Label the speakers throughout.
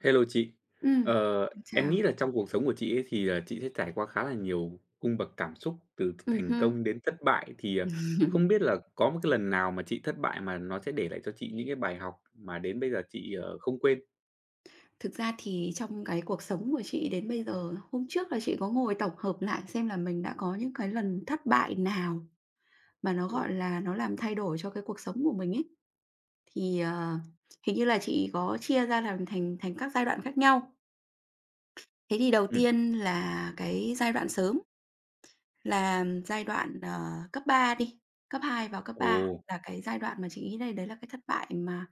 Speaker 1: Hello chị.
Speaker 2: Ừm,
Speaker 1: Ờ, em
Speaker 2: chào.
Speaker 1: nghĩ là trong cuộc sống của chị ấy thì là chị sẽ trải qua khá là nhiều cung bậc cảm xúc từ thành
Speaker 2: Hưm.
Speaker 1: công đến thất bại thì, không biết là có một cái lần nào mà chị thất bại mà nó sẽ để lại cho chị những cái bài học mà đến bây giờ chị, không quên?
Speaker 2: Thực ra thì trong cái cuộc sống của chị đến bây giờ, hôm trước là chị có ngồi tổng hợp lại xem là mình đã có những cái lần thất bại nào mà nó, gọi
Speaker 1: Ồ,
Speaker 2: là, nó làm thay đổi cho cái cuộc sống của mình ấy. Thì, hình như là chị có chia ra làm thành thành các giai đoạn khác nhau. Thế thì đầu
Speaker 1: ừm,
Speaker 2: tiên là cái giai đoạn sớm là giai đoạn, cấp 3 đi, cấp 2 vào cấp
Speaker 1: ồ,
Speaker 2: 3 là cái giai đoạn mà chị nghĩ đây đấy là cái thất bại mà,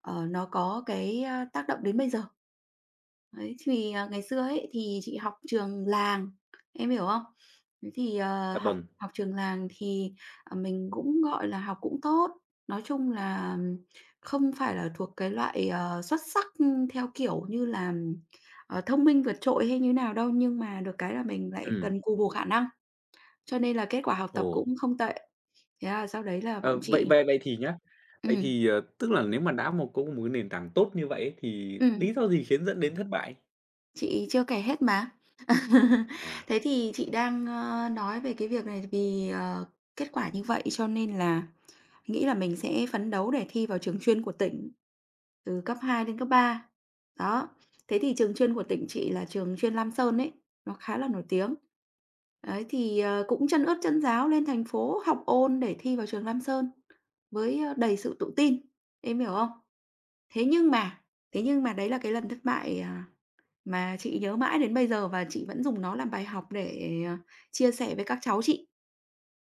Speaker 2: nó có cái, tác động đến bây giờ. Đấy, thì, ngày xưa ấy, thì chị học trường làng, em hiểu không? Thế thì,
Speaker 1: dạ
Speaker 2: học
Speaker 1: vâng,
Speaker 2: học trường làng thì, mình cũng, gọi là, học cũng tốt, nói chung là không phải là thuộc cái loại, xuất sắc, theo kiểu như là, thông minh vượt trội hay như nào đâu, nhưng mà được cái là mình lại
Speaker 1: ừm,
Speaker 2: cần cù bù khả năng, cho nên là kết quả học tập
Speaker 1: ồ.
Speaker 2: cũng không tệ. Thế là sau đấy là bọn
Speaker 1: Ờ, vậy
Speaker 2: chị.
Speaker 1: vậy vậy thì nhá, vậy
Speaker 2: Ừm,
Speaker 1: thì, tức là nếu mà đã một có một cái nền tảng tốt như vậy ấy thì lý
Speaker 2: ừm,
Speaker 1: do gì khiến dẫn đến thất bại?
Speaker 2: chị chưa kể hết mà.
Speaker 1: À,
Speaker 2: Thế thì chị đang, nói về cái việc này vì, kết quả như vậy cho nên là nghĩ là mình sẽ phấn đấu để thi vào trường chuyên của tỉnh, từ cấp 2 đến cấp ba. Đó, thế thì trường chuyên của tỉnh chị là trường chuyên Lam Sơn ấy, nó khá là nổi tiếng. Đấy, thì, cũng chân ướt chân ráo lên thành phố học ôn để thi vào trường Lam Sơn với, đầy sự tự tin, em hiểu không? Thế nhưng mà thế nhưng mà đấy là cái lần thất bại, mà chị nhớ mãi đến bây giờ và chị vẫn dùng nó làm bài học để, chia sẻ với các cháu chị.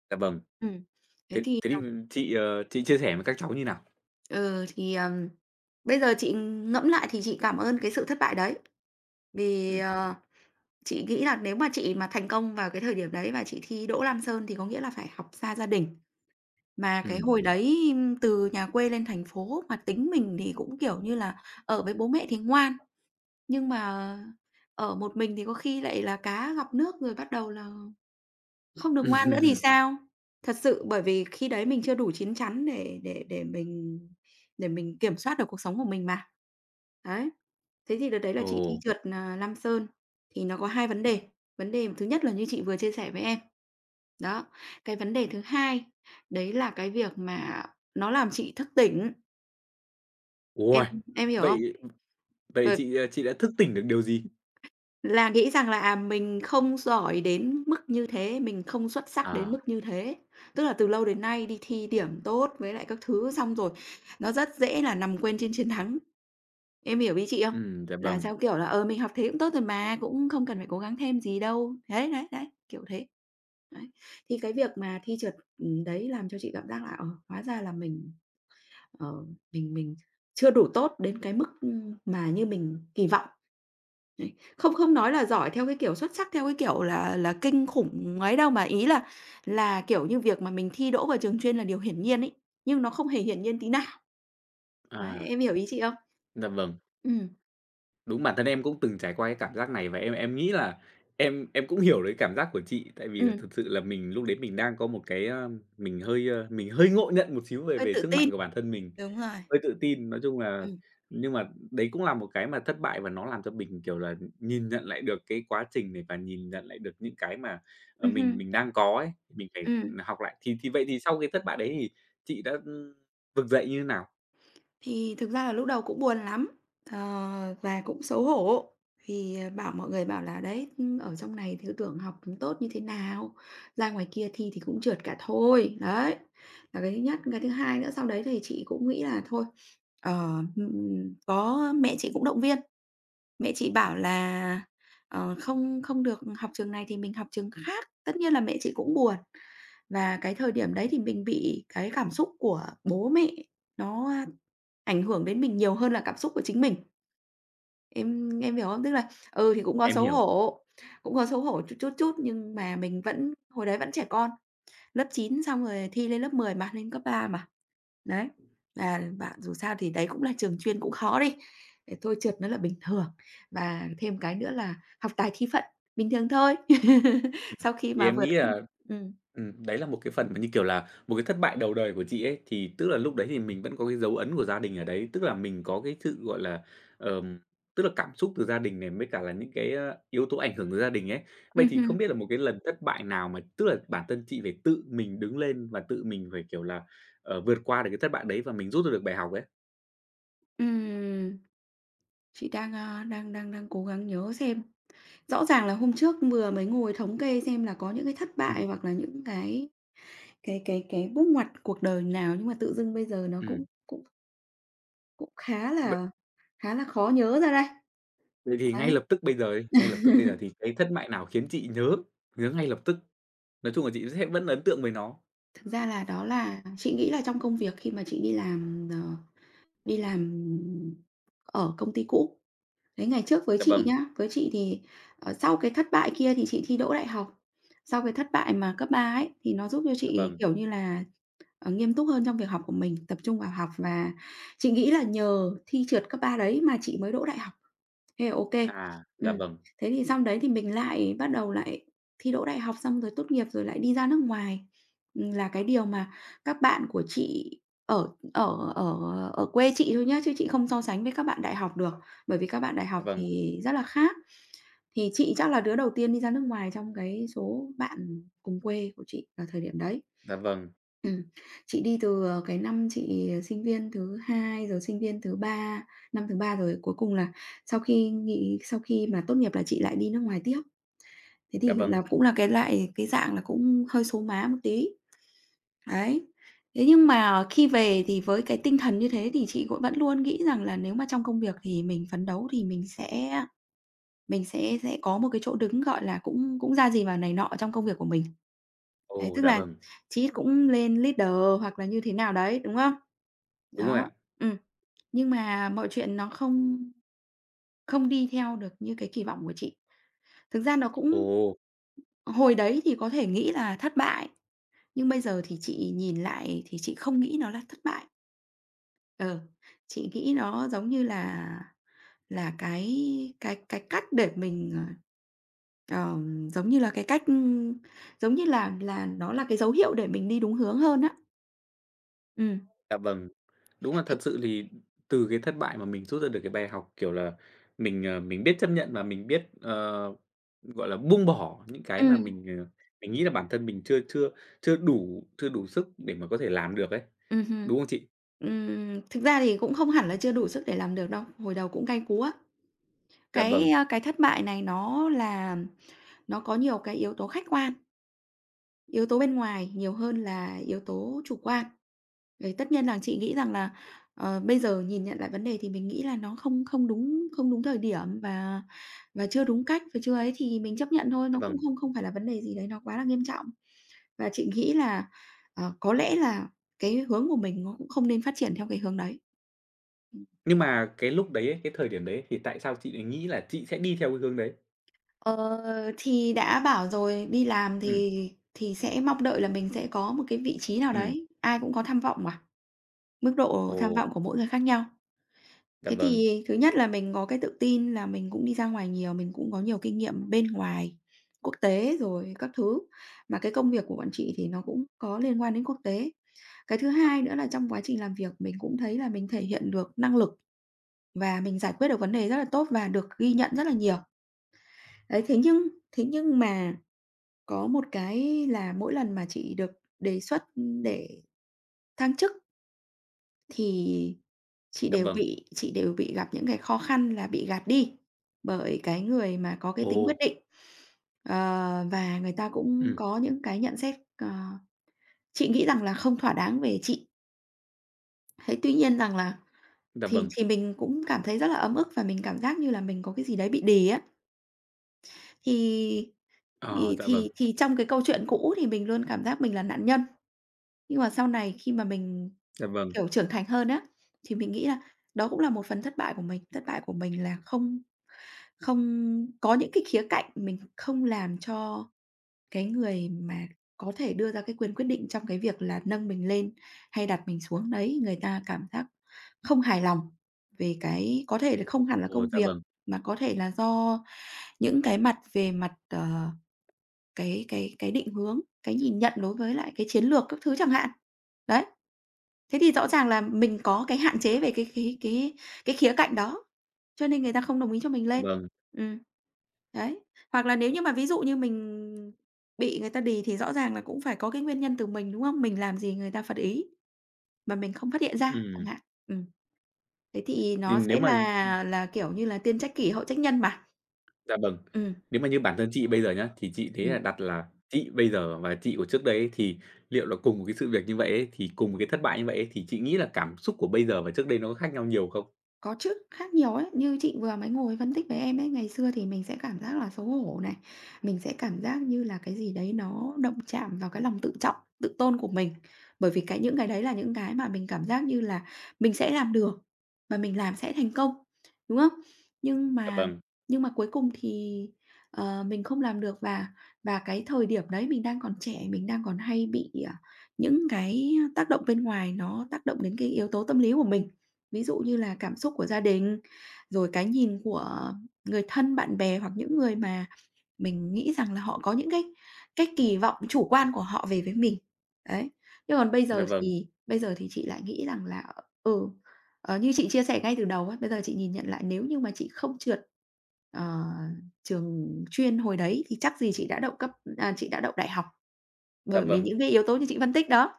Speaker 1: dạ vâng.
Speaker 2: Ừm,
Speaker 1: Thế
Speaker 2: thế thì,
Speaker 1: thế thì, chị, chị chia sẻ với các cháu như nào?
Speaker 2: ừ, thì, bây giờ chị ngẫm lại thì chị cảm ơn cái sự thất bại đấy, vì,
Speaker 1: Ừ,
Speaker 2: chị nghĩ là nếu mà chị mà thành công vào cái thời điểm đấy và chị thi đỗ Lam Sơn thì có nghĩa là phải học xa gia đình. Mà cái
Speaker 1: ừ.
Speaker 2: hồi đấy từ nhà quê lên thành phố mà tính mình thì cũng, kiểu như là, ở với bố mẹ thì ngoan, nhưng mà ở một mình thì có khi lại là cá gặp nước rồi bắt đầu là không được ngoan nữa thì
Speaker 1: Ừm,
Speaker 2: sao? Thật sự bởi vì khi đấy mình chưa đủ chín chắn để mình kiểm soát được cuộc sống của mình mà. Đấy, thế thì đợt đấy là chị đi
Speaker 1: ồ,
Speaker 2: trượt, Lam Sơn thì nó có 2 vấn đề. Vấn đề thứ nhất là như chị vừa chia sẻ với em. Đó, cái vấn đề thứ hai đấy là cái việc mà nó làm chị thức tỉnh, em
Speaker 1: uầy!
Speaker 2: em hiểu không?
Speaker 1: Vậy vậy
Speaker 2: Bởi
Speaker 1: chị, chị đã thức tỉnh được điều gì?
Speaker 2: Là nghĩ rằng là, mình không giỏi đến mức như thế, mình không xuất sắc đến
Speaker 1: À,
Speaker 2: mức như thế. Tức là từ lâu đến nay đi thi điểm tốt với lại các thứ, xong rồi nó rất dễ là nằm quên trên chiến thắng. Em hiểu ý chị không?
Speaker 1: dạ
Speaker 2: Là
Speaker 1: vâng,
Speaker 2: theo kiểu là, mình học thế cũng tốt rồi mà, cũng không cần phải cố gắng thêm gì đâu. Đấy, đấy, đấy, kiểu thế. Đấy, thì cái việc mà thi trượt, đấy làm cho chị cảm giác là, hóa ra là mình, ờ, mình chưa đủ tốt đến cái mức, mà như mình kỳ vọng. Đấy, không không nói là giỏi theo cái kiểu xuất sắc, theo cái kiểu là kinh khủng ấy đâu, mà ý là kiểu như, việc mà mình thi đỗ vào trường chuyên là điều hiển nhiên ấy, nhưng nó không hề hiển nhiên tí nào. Đấy,
Speaker 1: à,
Speaker 2: em hiểu ý chị không?
Speaker 1: dạ vâng.
Speaker 2: Ừm,
Speaker 1: Đúng, bản thân em cũng từng trải qua cái cảm giác này và em nghĩ là em cũng hiểu đấy cảm giác của chị, tại vì là
Speaker 2: ừm,
Speaker 1: thực sự là mình lúc đấy mình đang có một cái, a, mình hơi, mình hơi ngộ nhận một xíu về
Speaker 2: hơi
Speaker 1: về
Speaker 2: tự
Speaker 1: sức
Speaker 2: tin.
Speaker 1: mạnh của bản thân mình.
Speaker 2: Đúng rồi.
Speaker 1: Hơi tự tin, nói chung là
Speaker 2: Ừm,
Speaker 1: nhưng mà đấy cũng là một cái mà thất bại và nó làm cho mình, kiểu là, nhìn nhận lại được cái quá trình này và nhìn nhận lại được những cái mà, mình
Speaker 2: hưm,
Speaker 1: mình đang có ấy, mình phải,
Speaker 2: ừm.
Speaker 1: ừ, học lại. Thì vậy thì sau cái thất bại đấy thì chị đã, vực dậy như thế nào?
Speaker 2: Thì thực ra là lúc đầu cũng buồn lắm, ờ, và cũng xấu hổ vì, bảo mọi người bảo là "Đấy, ở trong này thì cứ tưởng học tốt như thế nào, ra ngoài kia thi thì cũng trượt cả thôi." Đấy, là cái thứ nhất. Cái thứ hai nữa, sau đấy thì chị cũng nghĩ là thôi, có mẹ chị cũng động viên. Mẹ chị bảo là, không không được học trường này thì mình học trường khác, tất nhiên là mẹ chị cũng buồn. Và cái thời điểm đấy thì mình bị cái cảm xúc của bố mẹ nó ảnh hưởng đến mình nhiều hơn là cảm xúc của chính mình, em hiểu không? Tức là, thì cũng có
Speaker 1: Em
Speaker 2: xấu
Speaker 1: hiểu,
Speaker 2: hổ, cũng có xấu hổ chút, chút, chút, nhưng mà mình vẫn hồi đấy vẫn trẻ con, lớp 9 xong rồi thi lên lớp 10 mà, lên cấp 3 mà. Đấy, và bạn dù sao thì đấy cũng là trường chuyên cũng khó đi, để thôi trượt nó là bình thường. Và thêm cái nữa là học tài thi phận, bình thường thôi. Sau khi
Speaker 1: thì
Speaker 2: mà
Speaker 1: em
Speaker 2: vượt
Speaker 1: nghĩ là
Speaker 2: ừm,
Speaker 1: ừm, đấy là một cái phần mà, như kiểu là, một cái thất bại đầu đời của chị ấy, thì tức là lúc đấy thì mình vẫn có cái dấu ấn của gia đình ở đấy. Tức là mình có cái sự, gọi là, ờm, tức là cảm xúc từ gia đình này, mới cả là những cái, a, yếu tố ảnh hưởng từ gia đình ấy. Vậy thì không
Speaker 2: hưm.
Speaker 1: biết là một cái lần thất bại nào mà tức là bản thân chị phải tự mình đứng lên và tự mình phải, kiểu là, vượt qua được cái thất bại đấy và mình rút ra được bài học ấy?
Speaker 2: Ừm. Chị đang, a, đang đang đang cố gắng nhớ xem. Rõ ràng là hôm trước vừa mới ngồi thống kê xem là có những cái thất bại
Speaker 1: Ừm,
Speaker 2: hoặc là những cái bước ngoặt cuộc đời nào, nhưng mà tự dưng bây giờ nó
Speaker 1: ừm.
Speaker 2: cũng cũng cũng khá
Speaker 1: Vậy
Speaker 2: là khá là khó nhớ ra đây.
Speaker 1: vậy thì ngay
Speaker 2: Đấy.
Speaker 1: lập tức bây giờ đi, ngay lập tức bây giờ thì cái thất bại nào khiến chị nhớ nhớ ngay lập tức? Nói chung là chị sẽ vẫn ấn tượng với nó.
Speaker 2: Thực ra là đó là chị nghĩ là trong công việc khi mà chị đi làm ở công ty cũ. Đấy, ngày trước với
Speaker 1: Dạ
Speaker 2: chị
Speaker 1: vâng,
Speaker 2: nhá, với chị thì, sau cái thất bại kia thì chị thi đỗ đại học. Sau cái thất bại mà cấp 3 ấy, thì nó giúp cho
Speaker 1: dạ
Speaker 2: chị,
Speaker 1: vâng.
Speaker 2: kiểu như là, nghiêm túc hơn trong việc học của mình, tập trung vào học và chị nghĩ là nhờ thi trượt cấp 3 đấy mà chị mới đỗ đại học. Thế là ô kê.
Speaker 1: À, dạ vâng,
Speaker 2: Thế thì xong đấy thì mình lại bắt đầu lại thi đỗ đại học xong rồi tốt nghiệp rồi lại đi ra nước ngoài, là cái điều mà các bạn của chị ở ở ở ở quê chị thôi nhá, chứ chị không so sánh với các bạn đại học được. Bởi vì các bạn đại
Speaker 1: dạ
Speaker 2: học
Speaker 1: vâng,
Speaker 2: thì rất là khác. Thì chị chắc là đứa đầu tiên đi ra nước ngoài trong cái số bạn cùng quê của chị vào thời điểm đấy.
Speaker 1: dạ vâng,
Speaker 2: Ừm, chị đi từ, cái năm chị sinh viên thứ 2 rồi sinh viên thứ 3 năm thứ 3 rồi cuối cùng là sau khi nghỉ sau khi mà tốt nghiệp là chị lại đi nước ngoài tiếp. Thế
Speaker 1: dạ
Speaker 2: thì
Speaker 1: vâng.
Speaker 2: là cũng là cái loại cái dạng là cũng hơi số má một tí, đấy. Thế nhưng mà khi về thì với cái tinh thần như thế thì chị cũng vẫn luôn nghĩ rằng là nếu mà trong công việc thì mình phấn đấu thì mình sẽ có một cái chỗ đứng, gọi là, cũng cũng ra gì vào này nọ trong công việc của mình. Đấy,
Speaker 1: Ồ,
Speaker 2: tức
Speaker 1: dạ
Speaker 2: là
Speaker 1: vâng,
Speaker 2: chí ít cũng lên leader hoặc là như thế nào đấy, đúng không?
Speaker 1: đúng rồi
Speaker 2: Đó,
Speaker 1: ạ.
Speaker 2: ừm, nhưng mà mọi chuyện nó không không đi theo được như cái kỳ vọng của chị. Thực ra nó
Speaker 1: Ồ,
Speaker 2: cũng hồi đấy thì có thể nghĩ là thất bại, nhưng bây giờ thì chị nhìn lại thì chị không nghĩ nó là thất bại. Ờ, chị nghĩ nó giống như là cái cách để mình, ờ, giống như là cái cách, giống như là nó là cái dấu hiệu để mình đi đúng hướng hơn á. Ừm,
Speaker 1: dạ vâng. Đúng là
Speaker 2: thế
Speaker 1: thật sự thì từ cái thất bại mà mình rút ra được cái bài học, kiểu là, mình, mình biết chấp nhận và mình biết, gọi là, buông bỏ những cái mà
Speaker 2: ừm,
Speaker 1: mình, mình nghĩ là bản thân mình chưa chưa chưa đủ chưa đủ sức để mà có thể làm được ấy,
Speaker 2: hưm.
Speaker 1: đúng không chị?
Speaker 2: Thực ra thì cũng không hẳn là chưa đủ sức để làm được đâu, hồi đầu cũng cay cú á.
Speaker 1: Dạ vâng,
Speaker 2: Cái thất bại này nó có nhiều cái yếu tố khách quan. Yếu tố bên ngoài nhiều hơn là yếu tố chủ quan. Đấy, tất nhiên là chị nghĩ rằng là, bây giờ nhìn nhận lại vấn đề thì mình nghĩ là nó không không đúng không đúng thời điểm và chưa đúng cách và chưa ấy thì mình chấp nhận thôi,
Speaker 1: dạ
Speaker 2: nó cũng
Speaker 1: vâng.
Speaker 2: không không phải là vấn đề gì đấy nó quá là nghiêm trọng. Và chị nghĩ là, có lẽ là cái hướng của mình nó cũng không nên phát triển theo cái hướng đấy.
Speaker 1: Nhưng mà cái lúc đấy ấy, cái thời điểm đấy ấy, thì tại sao chị lại nghĩ là chị sẽ đi theo cái hướng đấy?
Speaker 2: Ờ, thì đã bảo rồi, đi làm
Speaker 1: Ừm,
Speaker 2: thì sẽ mong đợi là mình sẽ có một cái vị trí nào
Speaker 1: ừm,
Speaker 2: đấy, ai cũng có tham vọng mà. Mức độ
Speaker 1: ồ,
Speaker 2: tham vọng của mỗi người khác nhau.
Speaker 1: dạ
Speaker 2: Thế
Speaker 1: vâng,
Speaker 2: thì thứ nhất là mình có cái tự tin là mình cũng đi ra ngoài nhiều, mình cũng có nhiều kinh nghiệm bên ngoài, quốc tế rồi các thứ, mà cái công việc của bọn chị thì nó cũng có liên quan đến quốc tế. Cái thứ hai nữa là trong quá trình làm việc mình cũng thấy là mình thể hiện được năng lực và mình giải quyết được vấn đề rất là tốt và được ghi nhận rất là nhiều. Đấy, thế nhưng mà có một cái là mỗi lần mà chị được đề xuất để thăng chức thì Chị
Speaker 1: dạ
Speaker 2: đều
Speaker 1: vâng,
Speaker 2: bị chị đều bị gặp những cái khó khăn là bị gạt đi bởi cái người mà có cái
Speaker 1: ồ.
Speaker 2: tính quyết định. Và người ta cũng
Speaker 1: Ừm,
Speaker 2: có những cái nhận xét, chị nghĩ rằng là không thỏa đáng về chị. Thế tuy nhiên rằng là
Speaker 1: dạ
Speaker 2: thì
Speaker 1: vâng.
Speaker 2: thì mình cũng cảm thấy rất là ấm ức và mình cảm giác như là mình có cái gì đấy bị đì á. Thì
Speaker 1: Ờ,
Speaker 2: thì
Speaker 1: dạ vâng,
Speaker 2: thì thì trong cái câu chuyện cũ thì mình luôn cảm giác mình là nạn nhân, nhưng mà sau này khi mà mình,
Speaker 1: dạ vâng.
Speaker 2: kiểu, trưởng thành hơn á, thì mình nghĩ là đó cũng là một phần thất bại của mình. Thất bại của mình là không không có những cái khía cạnh mình không làm cho cái người mà có thể đưa ra cái quyền quyết định trong cái việc là nâng mình lên hay đặt mình xuống đấy, người ta cảm giác không hài lòng về cái có thể là không hẳn là
Speaker 1: Ồ,
Speaker 2: công
Speaker 1: dạ
Speaker 2: việc,
Speaker 1: vâng,
Speaker 2: mà có thể là do những cái mặt về mặt, cái định hướng, cái nhìn nhận đối với lại cái chiến lược các thứ chẳng hạn. Đấy. Thế thì rõ ràng là mình có cái hạn chế về cái khía cạnh đó, cho nên người ta không đồng ý cho mình
Speaker 1: dạ
Speaker 2: lên.
Speaker 1: vâng.
Speaker 2: Ừm. Đấy, hoặc là nếu như mà ví dụ như mình bị người ta đì thì rõ ràng là cũng phải có cái nguyên nhân từ mình, đúng không? Mình làm gì người ta phật ý mà mình không phát hiện ra chẳng
Speaker 1: Ừm,
Speaker 2: hạn. Ừm, thế thì
Speaker 1: thì
Speaker 2: nó
Speaker 1: nếu
Speaker 2: sẽ
Speaker 1: mà
Speaker 2: là, kiểu như là, tiên trách kỷ, hậu trách nhân mà.
Speaker 1: dạ vâng,
Speaker 2: Ừm,
Speaker 1: nếu mà như bản thân chị bây giờ nhá, thì chị thấy
Speaker 2: ừm.
Speaker 1: là đặt là chị bây giờ và chị của trước đây ấy, thì liệu là cùng một cái sự việc như vậy ấy, thì cùng một cái thất bại như vậy ấy, thì chị nghĩ là cảm xúc của bây giờ và trước đây nó có khác nhau nhiều không?
Speaker 2: Có chứ, khác nhiều ấy. Như chị vừa mới ngồi phân tích với em ấy, ngày xưa thì mình sẽ cảm giác là xấu hổ này, mình sẽ cảm giác như là cái gì đấy nó động chạm vào cái lòng tự trọng, tự tôn của mình. Bởi vì cái những cái đấy là những cái mà mình cảm giác như là mình sẽ làm được và mình làm sẽ thành công, đúng không? Nhưng
Speaker 1: Dạ
Speaker 2: mà
Speaker 1: vâng,
Speaker 2: nhưng mà cuối cùng thì, mình không làm được và cái thời điểm đấy mình đang còn trẻ, mình đang còn hay bị, những cái tác động bên ngoài nó tác động đến cái yếu tố tâm lý của mình. Ví dụ như là cảm xúc của gia đình, rồi cái nhìn của người thân, bạn bè hoặc những người mà mình nghĩ rằng là họ có những cái kỳ vọng chủ quan của họ về với mình, đấy. Nhưng còn bây
Speaker 1: dạ
Speaker 2: giờ
Speaker 1: vâng,
Speaker 2: thì bây giờ thì chị lại nghĩ rằng là, ừ, như chị chia sẻ ngay từ đầu á, bây giờ chị nhìn nhận lại nếu như mà chị không trượt, ờ, trường chuyên hồi đấy thì chắc gì chị đã đậu chị đã đậu đại học,
Speaker 1: dạ
Speaker 2: bởi vì
Speaker 1: vâng,
Speaker 2: những cái yếu tố như chị phân tích đó.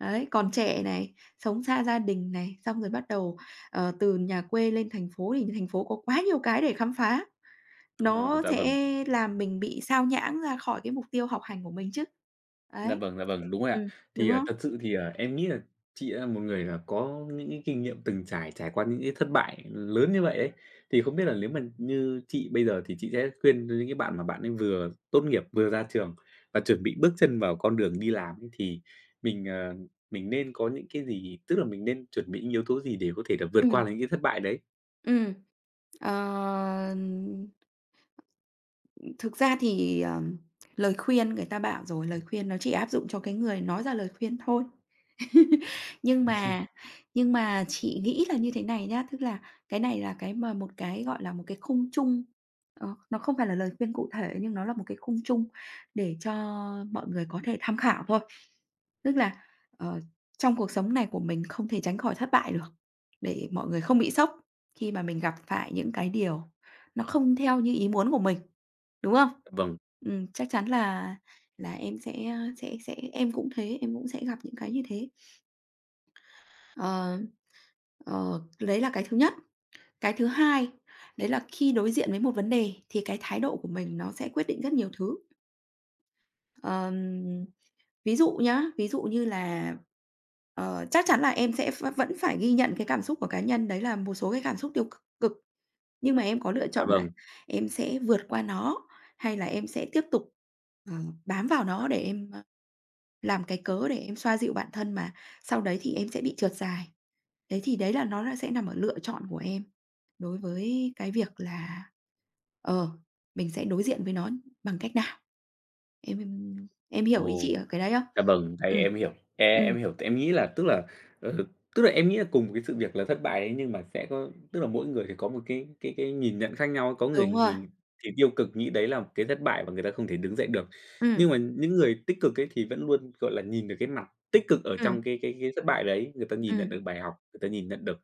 Speaker 2: Đấy, còn trẻ này, sống xa gia đình này, xong rồi bắt đầu, từ nhà quê lên thành phố thì thành phố có quá nhiều cái để khám phá.
Speaker 1: ờ,
Speaker 2: Nó
Speaker 1: dạ vâng.
Speaker 2: sẽ làm mình bị xao nhãng ra khỏi cái mục tiêu học hành của mình chứ.
Speaker 1: Dạ
Speaker 2: Đấy.
Speaker 1: vâng, dạ vâng, đúng rồi ạ.
Speaker 2: Ừm.
Speaker 1: Thì,
Speaker 2: Đúng
Speaker 1: à,
Speaker 2: không?
Speaker 1: thật sự thì, à, em nghĩ là chị là một người là có những cái kinh nghiệm từng trải, trải qua những cái thất bại lớn như vậy ấy, thì không biết là nếu mà như chị bây giờ thì chị sẽ khuyên đến những cái bạn mà bạn ấy vừa tốt nghiệp, vừa ra trường và chuẩn bị bước chân vào con đường đi làm ấy, thì mình, mình nên có những cái gì? Tức là mình nên chuẩn bị những yếu tố gì để có thể là vượt
Speaker 2: Ừm,
Speaker 1: qua được những cái thất bại đấy?
Speaker 2: ừm. Ờ, thực ra thì, lời khuyên người ta bảo rồi, lời khuyên nó chỉ áp dụng cho cái người nói ra lời khuyên thôi. Nhưng mà nhưng mà chị nghĩ là như thế này nhá, tức là cái này là cái mà một cái, gọi là, một cái khung chung, nó không phải là lời khuyên cụ thể nhưng nó là một cái khung chung để cho mọi người có thể tham khảo thôi. Tức là, ờ, trong cuộc sống này của mình không thể tránh khỏi thất bại được, để mọi người không bị sốc khi mà mình gặp phải những cái điều nó không theo như ý muốn của mình, đúng không?
Speaker 1: Dạ vâng,
Speaker 2: Chắc chắn là em sẽ, sẽ em cũng thế, em cũng sẽ gặp những cái như thế. Ờ, đấy là cái thứ nhất. Cái thứ hai, đấy là khi đối diện với một vấn đề thì cái thái độ của mình nó sẽ quyết định rất nhiều thứ. Ờm, ví dụ nhá, ví dụ như là, chắc chắn là em sẽ vẫn phải ghi nhận cái cảm xúc của cá nhân, đấy là một số cái cảm xúc tiêu c cực, nhưng mà em có lựa
Speaker 1: dạ
Speaker 2: chọn là
Speaker 1: vâng.
Speaker 2: em sẽ vượt qua nó hay là em sẽ tiếp tục, ờ, bám vào nó để em, làm cái cớ để em xoa dịu bản thân mà sau đấy thì em sẽ bị trượt dài. Thế thì đấy nó là sẽ nằm ở lựa chọn của em đối với cái việc là, ờ, mình sẽ đối diện với nó bằng cách nào. Em, em hiểu ý chị
Speaker 1: Ồ.
Speaker 2: ở cái đấy không?
Speaker 1: Dạ vâng, thì
Speaker 2: Ừm.
Speaker 1: em hiểu. em
Speaker 2: Ừm,
Speaker 1: em hiểu, em nghĩ là tức là, ờ, tức là em nghĩ là cùng một cái sự việc là thất bại ấy, nhưng mà sẽ có tức là mỗi người thì có một cái cái nhìn nhận khác nhau. Có
Speaker 2: đúng
Speaker 1: người
Speaker 2: rồi.
Speaker 1: thì tiêu cực nghĩ đấy là một cái thất bại và người ta không thể đứng dậy được.
Speaker 2: Ừm,
Speaker 1: Nhưng mà những người tích cực ấy thì vẫn luôn, gọi là, nhìn được cái mặt tích cực ở trong
Speaker 2: ừm,
Speaker 1: cái thất bại đấy, người ta nhìn nhận
Speaker 2: ừm,
Speaker 1: được bài học, người ta nhìn nhận được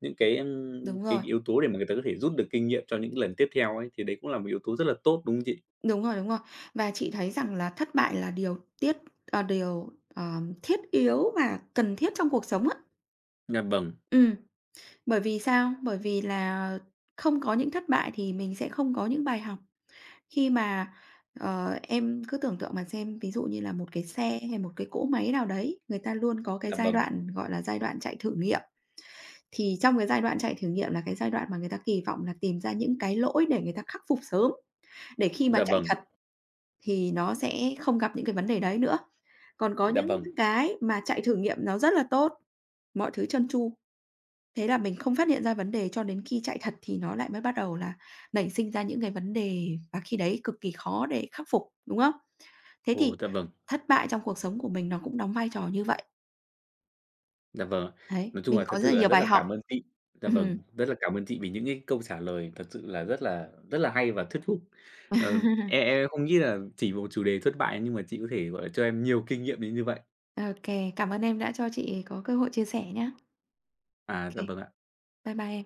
Speaker 1: những cái,
Speaker 2: đúng
Speaker 1: cái
Speaker 2: rồi,
Speaker 1: yếu tố để mà người ta có thể rút được kinh nghiệm cho những lần tiếp theo ấy, thì đấy cũng là một yếu tố rất là tốt, đúng không chị?
Speaker 2: đúng rồi, đúng rồi. Và chị thấy rằng là thất bại là điều, thiết yếu và cần thiết trong cuộc sống á.
Speaker 1: Dạ vâng,
Speaker 2: Ừm, bởi vì sao? Bởi vì là không có những thất bại thì mình sẽ không có những bài học. Khi mà, em cứ tưởng tượng mà xem, ví dụ như là một cái xe hay một cái cỗ máy nào đấy, người ta luôn có cái
Speaker 1: dạ
Speaker 2: giai
Speaker 1: vâng,
Speaker 2: đoạn, gọi là, giai đoạn chạy thử nghiệm. Thì trong cái giai đoạn chạy thử nghiệm là cái giai đoạn mà người ta kỳ vọng là tìm ra những cái lỗi để người ta khắc phục sớm, để khi mà
Speaker 1: dạ
Speaker 2: chạy
Speaker 1: vâng,
Speaker 2: thật thì nó sẽ không gặp những cái vấn đề đấy nữa. Còn có
Speaker 1: dạ
Speaker 2: những
Speaker 1: vâng.
Speaker 2: cái mà chạy thử nghiệm nó rất là tốt, mọi thứ trơn tru, thế là mình không phát hiện ra vấn đề cho đến khi chạy thật thì nó lại mới bắt đầu là nảy sinh ra những cái vấn đề và khi đấy cực kỳ khó để khắc phục, đúng không? Thế
Speaker 1: Ồ,
Speaker 2: thì
Speaker 1: dạ vâng.
Speaker 2: thất bại trong cuộc sống của mình nó cũng đóng vai trò như vậy.
Speaker 1: Dạ vâng.
Speaker 2: Đấy,
Speaker 1: Nói chung
Speaker 2: mình
Speaker 1: là thật
Speaker 2: có rất
Speaker 1: sự
Speaker 2: là
Speaker 1: là
Speaker 2: nhiều
Speaker 1: rất
Speaker 2: bài
Speaker 1: là
Speaker 2: học.
Speaker 1: cảm ơn chị. Dạ vâng,
Speaker 2: Ừm.
Speaker 1: rất là cảm ơn chị vì những cái câu trả lời thật sự là rất là rất là hay và thuyết phục. Ờ, em em không nghĩ là chỉ một chủ đề thất bại nhưng mà chị có thể, gọi là, cho em nhiều kinh nghiệm đến như vậy.
Speaker 2: OK, cảm ơn em đã cho chị có cơ hội chia sẻ nhé.
Speaker 1: À, dạ
Speaker 2: OK,
Speaker 1: vâng ạ.
Speaker 2: bye bye em.